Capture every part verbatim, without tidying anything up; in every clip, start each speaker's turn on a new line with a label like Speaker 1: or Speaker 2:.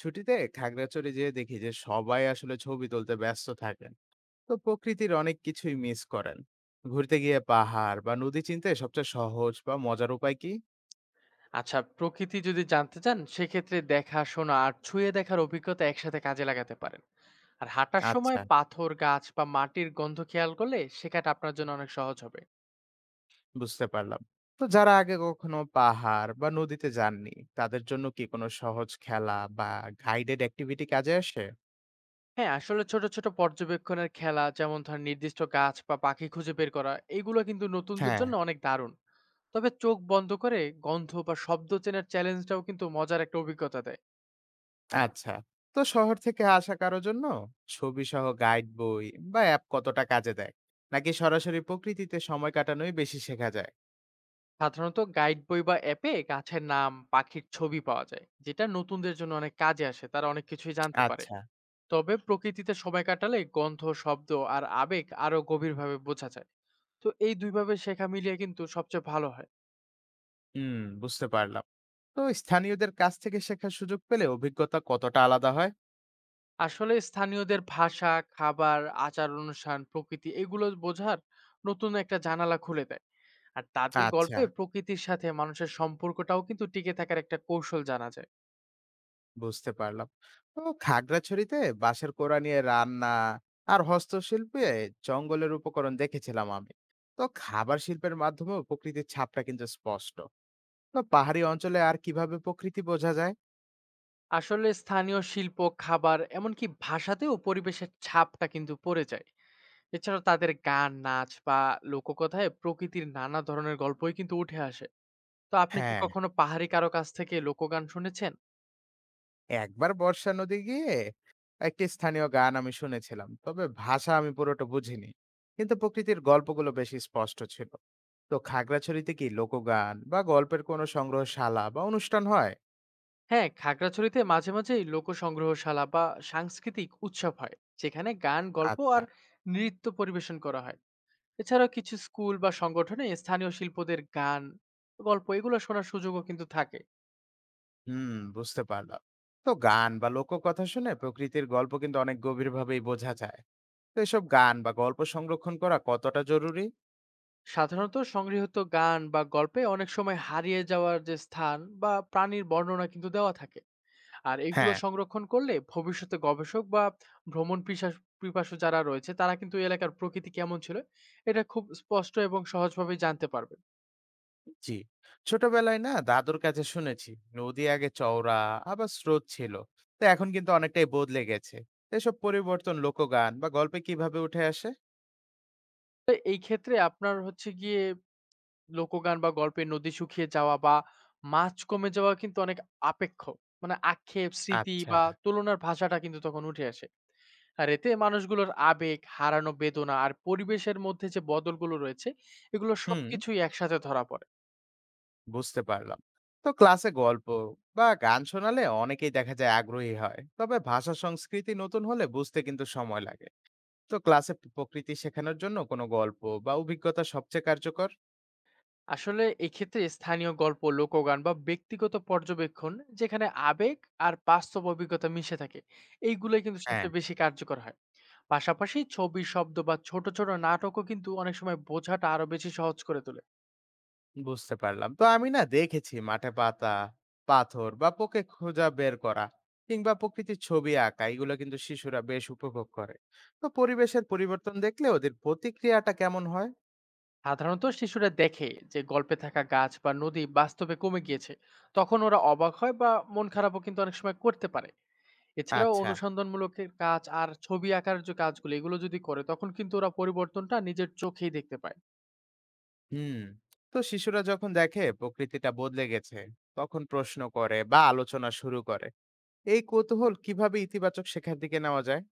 Speaker 1: ছুটিতে খাগড়াছড়ি যেয়ে দেখি যে সবাই আসলে ছবি তুলতে ব্যস্ত থাকেন। তো প্রকৃতির অনেক কিছুই মিস করেন। ঘুরতে গিয়ে পাহাড় বা নদী চিনতে সবচেয়ে সহজ বা মজার উপায় কি?
Speaker 2: আচ্ছা, প্রকৃতি যদি জানতে চান সেক্ষেত্রে দেখা শোনা আর ছুঁয়ে দেখার অভিজ্ঞতা একসাথে কাজে লাগাতে পারেন। আর হাঁটার সময়
Speaker 1: আচ্ছা,
Speaker 2: পাথর গাছ বা মাটির গন্ধ খেয়াল করলে শেখাটা আপনার জন্য অনেক সহজ হবে।
Speaker 1: বুঝতে পারলাম। তো যারা আগে কখনো পাহাড় বা নদীতে যাননি তাদের জন্য কি কোনো সহজ খেলা বা গাইডেড অ্যাক্টিভিটি কাজে আসে?
Speaker 2: হ্যাঁ, আসলে ছোট ছোট পর্যবেক্ষণের খেলা যেমন ধর নির্দিষ্ট গাছ বা পাখি খুঁজে বের করা, এগুলো কিন্তু নতুনদের
Speaker 1: হ্যাঁ।
Speaker 2: জন্য অনেক দারুণ। তবে চোখ বন্ধ করে গন্ধ বা শব্দ চেনার চ্যালেঞ্জটাও কিন্তু মজার একটা অভিজ্ঞতা দেয়।
Speaker 1: আচ্ছা। তো শহর থেকে আসা কারো জন্য ছবি সহ গাইড বই বা অ্যাপ কতটা কাজে দেয়, নাকি সরাসরি প্রকৃতিতে সময় কাটানোই বেশি শেখা যায়?
Speaker 2: সাধারণত গাইড বই বা অ্যাপে গাছের নাম পাখির ছবি পাওয়া যায়, যেটা নতুনদের জন্য অনেক কাজে আসে, তারা অনেক কিছুই জানতে পারে।
Speaker 1: আচ্ছা।
Speaker 2: তবে প্রকৃতিতে সময় কাটালে গন্ধ শব্দ আর আবেগ আরো গভীরভাবে বোঝা যায়। তো এই দুইভাবে শেখা মিলিয়ে কিন্তু সবচেয়ে ভালো হয়।
Speaker 1: হুম, বুঝতে পারলাম। তো স্থানীয়দের কাছ থেকে শেখার সুযোগ পেলে অভিজ্ঞতা কতটা আলাদা হয়?
Speaker 2: আসলে স্থানীয়দের ভাষা খাবার আচার অনুষ্ঠান প্রকৃতি এগুলো বোঝার নতুন একটা জানালা খুলে দেয়। আর তাদের
Speaker 1: আচ্ছা,
Speaker 2: গল্পে প্রকৃতির সাথে মানুষের সম্পর্কটাও কিন্তু টিকে থাকার একটা কৌশল জানা যায়।
Speaker 1: বুঝতে পারলাম। তো খাগড়াছড়িতে বাঁশের কোড়া নিয়ে রান্না আর হস্তশিল্পে জঙ্গলের উপকরণ দেখেছিলাম আমি। তো খাবার শিল্পের মাধ্যমেও প্রকৃতির ছাপটা কিন্তু স্পষ্ট। তো পাহাড়ি অঞ্চলে আর কিভাবে প্রকৃতি বোঝা যায়?
Speaker 2: আসলে স্থানীয় শিল্প খাবার এমনকি ভাষাতেও পরিবেশের ছাপটা কিন্তু পড়ে যায়। এছাড়া তাদের গান নাচ বা লোককথায় প্রকৃতির নানা ধরনের গল্পই কিন্তু উঠে আসে। তো আপনি কি
Speaker 1: হ্যাঁ,
Speaker 2: কখনো পাহাড়ি কারো কাছ থেকে লোকগান শুনেছেন?
Speaker 1: একবার বর্ষা নদী গিয়ে একটি স্থানীয় গান আমি শুনেছিলাম, তবে ভাষা আমি পুরোটা বুঝিনি। কিন্তু প্রকৃতির গল্পগুলো বেশি স্পষ্ট ছিল। তো খাগড়াছড়িতে কি লোকগান বা গল্পের কোনো সংগ্রহশালা বা অনুষ্ঠান হয়?
Speaker 2: হ্যাঁ, খাগড়াছড়িতে মাঝে মাঝেই লোক সংগ্রহশালা বা সাংস্কৃতিক উৎসব হয়, যেখানে গান, গল্প
Speaker 1: আচ্ছা।
Speaker 2: আর নৃত্য পরিবেশন করা হয়। এছাড়াও কিছু স্কুল বা সংগঠনে স্থানীয় শিল্পদের গান, গল্প এগুলো শোনার সুযোগও কিন্তু থাকে।
Speaker 1: হুম, বুঝতে পারলাম। তো গান বা লোককথা শুনে প্রকৃতির গল্প কিন্তু অনেক গভীরভাবেই বোঝা যায়। তো এসব গান বা গল্প সংরক্ষণ করা কতটা জরুরি?
Speaker 2: সাধারণত সংগৃহীত গান বা গল্পে অনেক সময় হারিয়ে যাওয়ার যে স্থান বা প্রাণীর বর্ণনা কিন্তু দেওয়া থাকে। আর এগুলো
Speaker 1: হ্যাঁ।
Speaker 2: সংরক্ষণ করলে ভবিষ্যতে গবেষক বা ভ্রমণ পিশাস পিপাসু যারা রয়েছে তারা কিন্তু এই এলাকার প্রকৃতি কেমন ছিল এটা খুব স্পষ্ট এবং সহজভাবে জানতে পারবে।
Speaker 1: জি, ছোটবেলায় না দাদুর কাছে শুনেছি নদী আগে চওড়া, আবার স্রোত ছিল। তো এখন কিন্তু অনেকটাই বদলে গেছে। তো এসব পরিবর্তন লোকগান বা গল্পে কিভাবে উঠে আসে?
Speaker 2: তো এই ক্ষেত্রে আপনার হচ্ছে গিয়ে লোকগান বা গল্পে নদী শুকিয়ে যাওয়া বা মাছ কমে যাওয়া কিন্তু অনেক আপেক্ষ মানে আক্ষেপ স্মৃতি
Speaker 1: আচ্ছা।
Speaker 2: বা তুলনার ভাষাটা কিন্তু তখন উঠে আসে। আর এতে মানুষগুলোর আবেগ হারানো বেদনা আর পরিবেশের মধ্যে যে বদলগুলো রয়েছে এগুলো
Speaker 1: হুম,
Speaker 2: সবকিছুই একসাথে ধরা পড়ে।
Speaker 1: বুঝতে পারলাম। তো ক্লাসে গল্প বা গান শোনালে অনেকেই দেখা যায় আগ্রহী হয়, তবে ভাষা সংস্কৃতি নতুন হলে বুঝতে কিন্তু সময় লাগে। তো ক্লাসে প- প্রকৃতি শেখানোর জন্য কোনো গল্প বা অভিজ্ঞতা সবচেয়ে কার্যকর?
Speaker 2: আসলে এক্ষেত্রে স্থানীয় গল্প লোকগান বা ব্যক্তিগত পর্যবেক্ষণ যেখানে আবেগ আর বাস্তব অভিজ্ঞতা মিশে থাকে এইগুলোই কিন্তু
Speaker 1: হ্যাঁ,
Speaker 2: সবচেয়ে বেশি কার্যকর হয়। পাশাপাশি ছবি শব্দ বা ছোট ছোট নাটকও কিন্তু অনেক সময় বোঝাটা আরো বেশি সহজ করে তোলে।
Speaker 1: বুঝতে পারলাম। তো আমি না দেখেছি মাঠে পাতা, পাথর বা পোকে খোঁজা বের করা, কিংবা প্রকৃতির ছবি আঁকা, এগুলো কিন্তু শিশুরা বেশ উপভোগ করে। তো পরিবেশের পরিবর্তন দেখলে ওদের প্রতিক্রিয়াটা কেমন হয়?
Speaker 2: সাধারণত শিশুরা দেখে যে গল্পে থাকা গাছ বা নদী বাস্তবে কমে গিয়েছে, তখন ওরা অবাক হয় বা মন খারাপও কিন্তু অনেক সময় করতে পারে। এছাড়াও
Speaker 1: আচ্ছা।
Speaker 2: অনুসন্ধানমূলক এর কাজ আর ছবি আঁকার যে কাজগুলো এগুলো যদি করে তখন কিন্তু ওরা পরিবর্তনটা নিজের চোখেই দেখতে পায়।
Speaker 1: হুম। তো শিশুরা যখন দেখে প্রকৃতিটা বদলে গেছে, তখন প্রশ্ন করে বা আলোচনা শুরু করে। এই কৌতূহল কিভাবে ইতিবাচক শেখার দিকে নেওয়া যায়?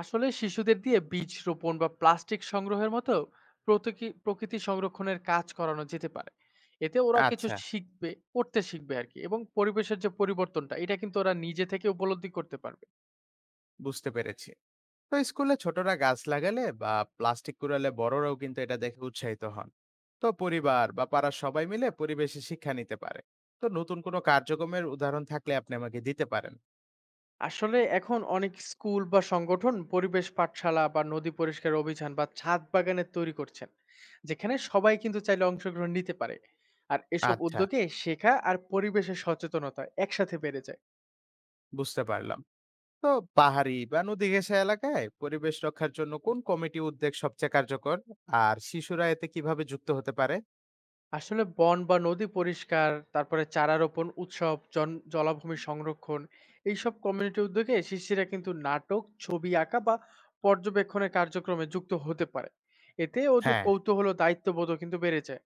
Speaker 2: আসলে শিশুদের দিয়ে বীজ রোপণ বা প্লাস্টিক সংগ্রহের মতো প্রতীকী- প্রকৃতি সংরক্ষণের কাজ করানো যেতে পারে। এতে ওরা কিছু
Speaker 1: আচ্ছা,
Speaker 2: শিখবে, করতে শিখবে আর কি, এবং পরিবেশের যে পরিবর্তনটা এটা কিন্তু ওরা নিজে থেকে উপলব্ধি করতে পারবে।
Speaker 1: বুঝতে পেরেছি। তো স্কুলে ছোটরা গাছ লাগালে বা প্লাস্টিক কুড়ালে বড়রাও কিন্তু এটা দেখে উৎসাহিত হন। তো পরিবার বা পাড়ার সবাই মিলে পরিবেশে শিক্ষা নিতে পারে। তো নতুন কোনো কার্যক্রমের উদাহরণ থাকলে আপনি আমাকে দিতে পারেন।
Speaker 2: আসলে এখন অনেক স্কুল বা সংগঠন পরিবেশ পাঠশালা বা নদী পরিষ্কার অভিযান বা ছাদ বাগানে তৈরি করছেন, যেখানে সবাই কিন্তু চাইলে অংশগ্রহণ নিতে পারে। আর এসব
Speaker 1: আচ্ছা,
Speaker 2: উদ্যোগে শেখা আর পরিবেশের সচেতনতা একসাথে বেড়ে যায়।
Speaker 1: বুঝতে পারলাম। তো পাহাড়ি বা নদী ঘেঁষা এলাকায় পরিবেশ রক্ষার জন্য কোন কমিটি উদ্যোগ সবচেয়ে কার্যকর, আর শিশুরা এতে কিভাবে যুক্ত হতে পারে?
Speaker 2: আসলে বন বা নদী পরিষ্কার, তারপরে চারা রোপণ উৎসব, জন জলাভূমি সংরক্ষণ, এইসব কমিউনিটি উদ্যোগে শিশুরা কিন্তু নাটক, ছবি আঁকা বা পর্যবেক্ষণের কার্যক্রমে যুক্ত হতে পারে। এতে ওদের
Speaker 1: হ্যাঁ,
Speaker 2: কৌতূহল ও দায়িত্ববোধও কিন্তু বেড়ে যায়।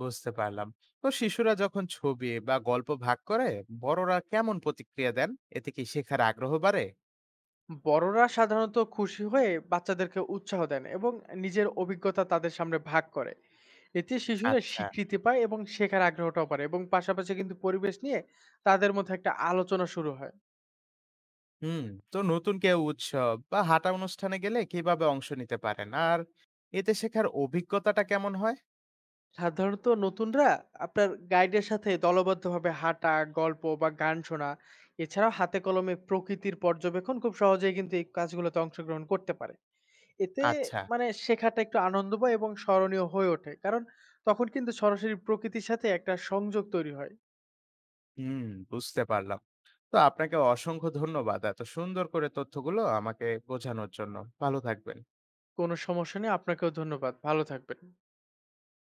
Speaker 1: বুঝতে পারলাম। তো শিশুরা যখন ছবি বা গল্প ভাগ করে বড়রা কেমন প্রতিক্রিয়া দেন? এতে কি শেখার আগ্রহ বাড়ে?
Speaker 2: বড়রা সাধারণত খুশি হয়ে বাচ্চাদেরকে উৎসাহ দেন এবং নিজের অভিজ্ঞতা তাদের সামনে ভাগ করে। এতে শিশুরা
Speaker 1: আচ্ছা।
Speaker 2: স্বীকৃতি পায় এবং শেখার আগ্রহটাও বাড়ে এবং পাশাপাশি কিন্তু পরিবেশ নিয়ে তাদের মধ্যে একটা আলোচনা শুরু হয়।
Speaker 1: হুম। তো নতুন কেউ উৎসব বা হাঁটা অনুষ্ঠানে গেলে কিভাবে অংশ নিতে পারেন, আর এতে শেখার অভিজ্ঞতাটা কেমন হয়?
Speaker 2: সাধারণত নতুনরা আপনার গাইডের সাথে দলবদ্ধভাবে হাঁটা, গল্প বা গান শোনা, এছাড়াও হাতে কলমে প্রকৃতির পর্যবেক্ষণ খুব সহজেই কিন্তু এই কাজগুলোতে অংশগ্রহণ করতে পারে। এতে
Speaker 1: আচ্ছা।
Speaker 2: মানে শেখাটা একটু আনন্দময় এবং স্মরণীয় হয়ে ওঠে। কারণ তখন কিন্তু সরাসরি প্রকৃতির সাথে একটা সংযোগ তৈরি হয়।
Speaker 1: হুম, বুঝতে পারলাম। তো আপনাকে অসংখ্য ধন্যবাদ এত সুন্দর করে তথ্যগুলো আমাকে বোঝানোর জন্য। ভালো থাকবেন।
Speaker 2: কোনো সমস্যা নেই, আপনাকেও ধন্যবাদ। ভালো থাকবেন।